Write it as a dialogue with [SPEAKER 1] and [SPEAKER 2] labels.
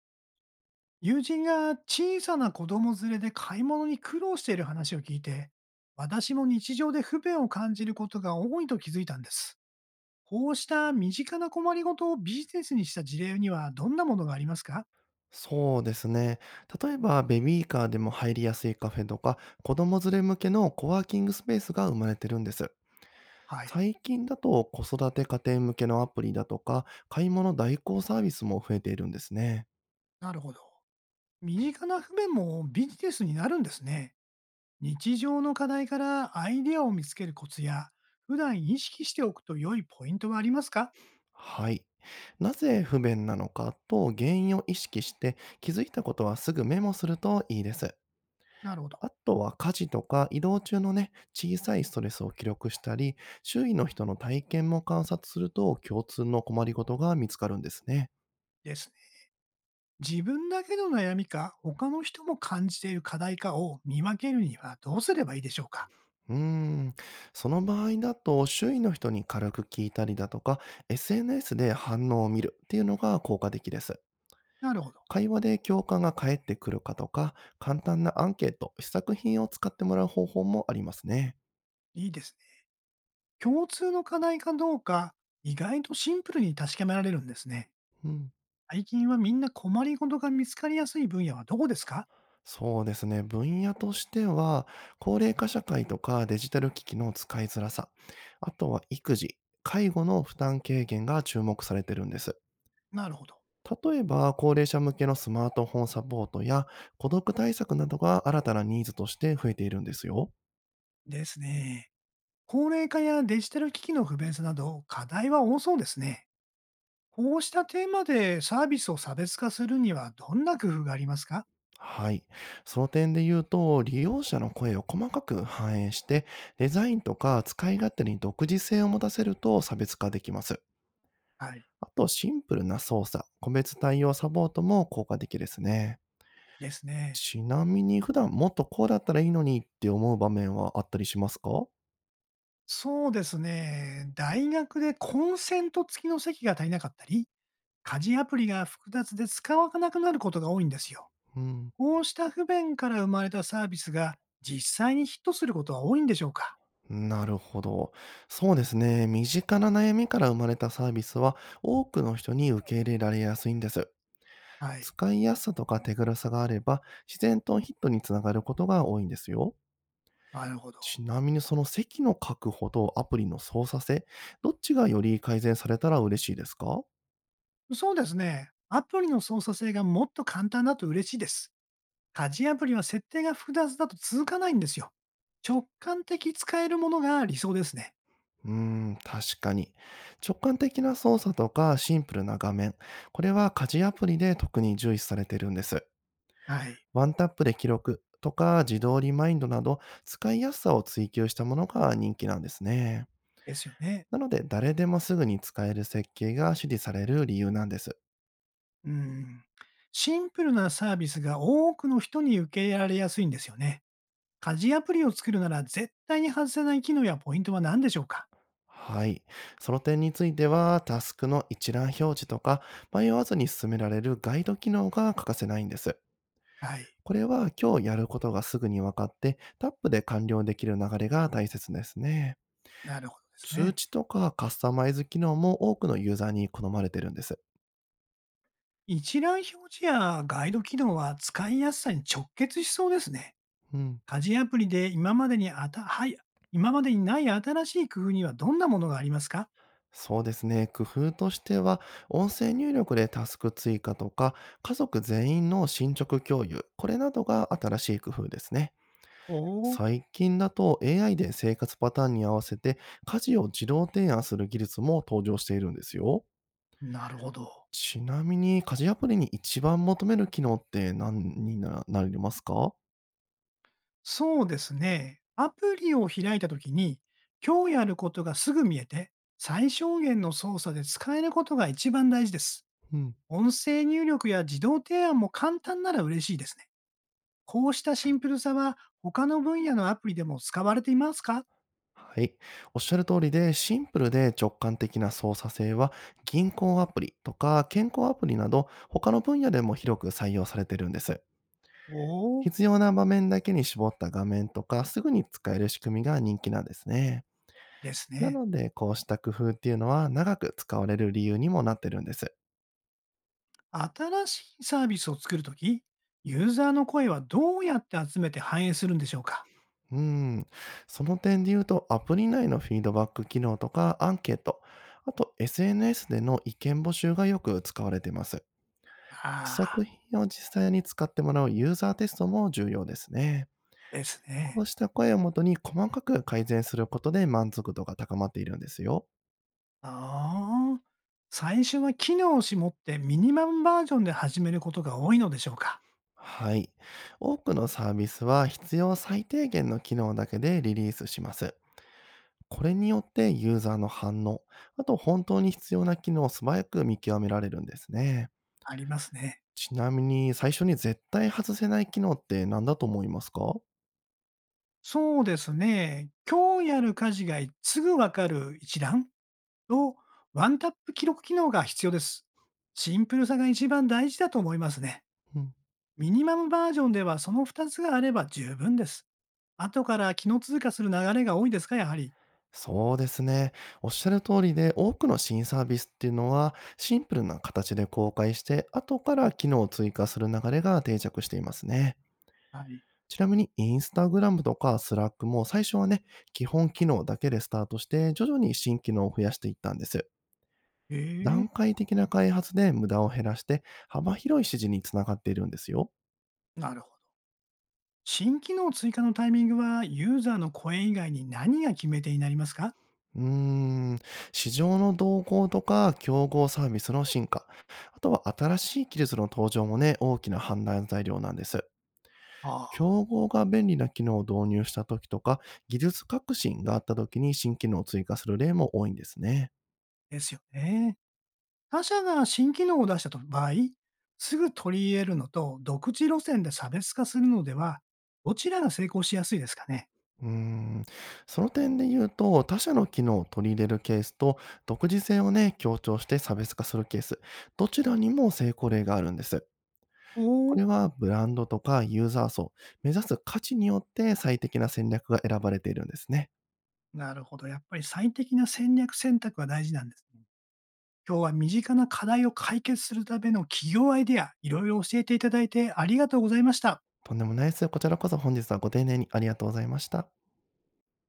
[SPEAKER 1] 友人が小さな子供連れで買い物に苦労している話を聞いて、私も日常で不便を感じることが多いと気づいたんです。こうした身近な困りごとをビジネスにした事例にはどんなものがありますか？
[SPEAKER 2] そうですね。例えば、ベビーカーでも入りやすいカフェとか、子供連れ向けのコワーキングスペースが生まれてるんです。
[SPEAKER 1] はい。
[SPEAKER 2] 最近だと、子育て家庭向けのアプリだとか、買い物代行サービスも増えているんですね。
[SPEAKER 1] なるほど。身近な不便もビジネスになるんですね。日常の課題からアイデアを見つけるコツや、普段意識しておくと良いポイントはありますか？
[SPEAKER 2] はい。なぜ不便なのかと原因を意識して、気づいたことはすぐメモするといいです。
[SPEAKER 1] なるほど。
[SPEAKER 2] あとは家事とか移動中のね、小さいストレスを記録したり、周囲の人の体験も観察すると共通の困りごとが見つかるんですね。
[SPEAKER 1] です。自分だけの悩みか、他の人も感じている課題かを見分けるにはどうすればいいでしょうか？
[SPEAKER 2] うーん。その場合だと、周囲の人に軽く聞いたりだとか、SNS で反応を見るっていうのが効果的です。
[SPEAKER 1] なるほど。
[SPEAKER 2] 会話で共感が返ってくるかとか、簡単なアンケート、試作品を使ってもらう方法もありますね。
[SPEAKER 1] いいですね。共通の課題かどうか、意外とシンプルに確かめられるんですね。
[SPEAKER 2] うん。
[SPEAKER 1] 最近はみんな困りごとが見つかりやすい分野はどこですか？
[SPEAKER 2] そうですね。分野としては、高齢化社会とかデジタル機器の使いづらさ、あとは育児、介護の負担軽減が注目されてるんです。
[SPEAKER 1] なるほど。
[SPEAKER 2] 例えば、高齢者向けのスマートフォンサポートや孤独対策などが新たなニーズとして増えているんですよ。
[SPEAKER 1] ですね。高齢化やデジタル機器の不便さなど、課題は多そうですね。こうしたテーマでサービスを差別化するにはどんな工夫がありますか？
[SPEAKER 2] はい。その点で言うと、利用者の声を細かく反映して、デザインとか使い勝手に独自性を持たせると差別化できます。
[SPEAKER 1] はい。
[SPEAKER 2] あと、シンプルな操作、個別対応サポートも効果的ですね。
[SPEAKER 1] ですね。
[SPEAKER 2] ちなみに、普段もっとこうだったらいいのにって思う場面はあったりしますか？
[SPEAKER 1] そうですね。大学でコンセント付きの席が足りなかったり、家事アプリが複雑で使わなくなることが多いんですよ。
[SPEAKER 2] うん。
[SPEAKER 1] こうした不便から生まれたサービスが実際にヒットすることは多いんでしょうか？
[SPEAKER 2] なるほど。そうですね。身近な悩みから生まれたサービスは、多くの人に受け入れられやすいんです。
[SPEAKER 1] はい。
[SPEAKER 2] 使いやすさとか手軽さがあれば、自然とヒットにつながることが多いんですよ。
[SPEAKER 1] なるほど。
[SPEAKER 2] ちなみに、その席の確保とアプリの操作性、どっちがより改善されたら嬉しいですか？
[SPEAKER 1] そうですね。アプリの操作性がもっと簡単だと嬉しいです。家事アプリは設定が複雑だと続かないんですよ。直感的使えるものが理想ですね。
[SPEAKER 2] 確かに。直感的な操作とかシンプルな画面、これは家事アプリで特に重視されてるんです。
[SPEAKER 1] はい。
[SPEAKER 2] ワンタップで記録とか自動リマインドなど、使いやすさを追求したものが人気なんですね。
[SPEAKER 1] ですよね。
[SPEAKER 2] なので、誰でもすぐに使える設計が支持される理由なんです。
[SPEAKER 1] うん。シンプルなサービスが多くの人に受け入れられやすいんですよね。家事アプリを作るなら絶対に外せない機能やポイントは何でしょうか？
[SPEAKER 2] はい。その点については、タスクの一覧表示とか、迷わずに進められるガイド機能が欠かせないんです。
[SPEAKER 1] はい。
[SPEAKER 2] これは今日やることがすぐに分かって、タップで完了できる流れが大切ですね。
[SPEAKER 1] なるほどです
[SPEAKER 2] 通
[SPEAKER 1] ね。
[SPEAKER 2] 知とかカスタマイズ機能も多くのユーザーに好まれてるんです。
[SPEAKER 1] 一覧表示やガイド機能は使いやすさに直結しそうですね。
[SPEAKER 2] うん。
[SPEAKER 1] 家事アプリで今までにない新しい工夫にはどんなものがありますか？
[SPEAKER 2] そうですね。工夫としては、音声入力でタスク追加とか、家族全員の進捗共有、これなどが新しい工夫ですね。
[SPEAKER 1] おおー、
[SPEAKER 2] 最近だと AI で生活パターンに合わせて家事を自動提案する技術も登場しているんですよ。
[SPEAKER 1] なるほど。
[SPEAKER 2] ちなみに、家事アプリに一番求める機能って何にななりますか？
[SPEAKER 1] そうですね。アプリを開いたときに、今日やることがすぐ見えて、最小限の操作で使えることが一番大事です。
[SPEAKER 2] うん。
[SPEAKER 1] 音声入力や自動提案も簡単なら嬉しいですね。こうしたシンプルさは、他の分野のアプリでも使われていますか？
[SPEAKER 2] はい。おっしゃる通りで、シンプルで直感的な操作性は、銀行アプリとか健康アプリなど、他の分野でも広く採用されてるんです。
[SPEAKER 1] おおー
[SPEAKER 2] 必要な場面だけに絞った画面とか、すぐに使える仕組みが人気なんですね。
[SPEAKER 1] です
[SPEAKER 2] な
[SPEAKER 1] ね。
[SPEAKER 2] ので、こうした工夫っていうのは長く使われる理由にもなってるんです。
[SPEAKER 1] 新しいサービスを作るとき、ユーザーの声はどうやって集めて反映するんでしょうか？
[SPEAKER 2] うん。その点で言うと、アプリ内のフィードバック機能とかアンケート、あと SNS での意見募集がよく使われています。試作
[SPEAKER 1] ああ
[SPEAKER 2] 品を実際に使ってもらうユーザーテストも重要ですね。
[SPEAKER 1] ー、です
[SPEAKER 2] こ
[SPEAKER 1] ね。
[SPEAKER 2] うした声をもとに細かく改善することで満足度が高まっているんですよ。
[SPEAKER 1] ああ、最初は機能を絞ってミニマムバージョンで始めることが多いのでしょうか？
[SPEAKER 2] はい。多くのサービスは必要最低限の機能だけでリリースします。これによってユーザーの反応、あと本当に必要な機能を素早く見極められるんですね。
[SPEAKER 1] ありますね。
[SPEAKER 2] ちなみに、最初に絶対外せない機能って何だと思いますか？
[SPEAKER 1] そうですね。今日やる家事がすぐわかる一覧とワンタップ記録機能が必要です。シンプルさが一番大事だと思いますね。
[SPEAKER 2] うん、
[SPEAKER 1] ミニマムバージョンではその2つがあれば十分です。後から機能通過する流れが多いですか、やはり。
[SPEAKER 2] そうですね。おっしゃる通りで、多くの新サービスっていうのは、シンプルな形で公開して、後から機能を追加する流れが定着していますね。
[SPEAKER 1] はい。
[SPEAKER 2] ちなみに Instagram とか Slack も最初はね、基本機能だけでスタートして、徐々に新機能を増やしていったんです。
[SPEAKER 1] え
[SPEAKER 2] 段
[SPEAKER 1] え
[SPEAKER 2] 階的な開発で無駄を減らして、幅広い支持につながっているんですよ。
[SPEAKER 1] なるほど。新機能追加のタイミングは、ユーザーの声以外に何が決め手になりますか？
[SPEAKER 2] うーん、市場の動向とか競合サービスの進化、あとは新しい技術の登場もね、大きな判断材料なんです。
[SPEAKER 1] ああ、
[SPEAKER 2] 競合が便利な機能を導入した時とか、技術革新があった時に新機能を追加する例も多いんですね。
[SPEAKER 1] ですよね。他社が新機能を出したと場合、すぐ取り入れるのと、独自路線で差別化するのでは、どちらが成功しやすいですかね？
[SPEAKER 2] うーん、その点で言うと、他社の機能を取り入れるケースと、独自性をね、強調して差別化するケース、どちらにも成功例があるんです。
[SPEAKER 1] お
[SPEAKER 2] こ
[SPEAKER 1] お、
[SPEAKER 2] れはブランドとかユーザー層、目指す価値によって最適な戦略が選ばれているんですね。
[SPEAKER 1] なるほど。やっぱり最適な戦略選択が大事なんですね。今日は身近な課題を解決するための企業アイデア、いろいろ教えていただいてありがとうございました。
[SPEAKER 2] とんでもないです。こちらこそ本日はご丁寧にありがとうございました。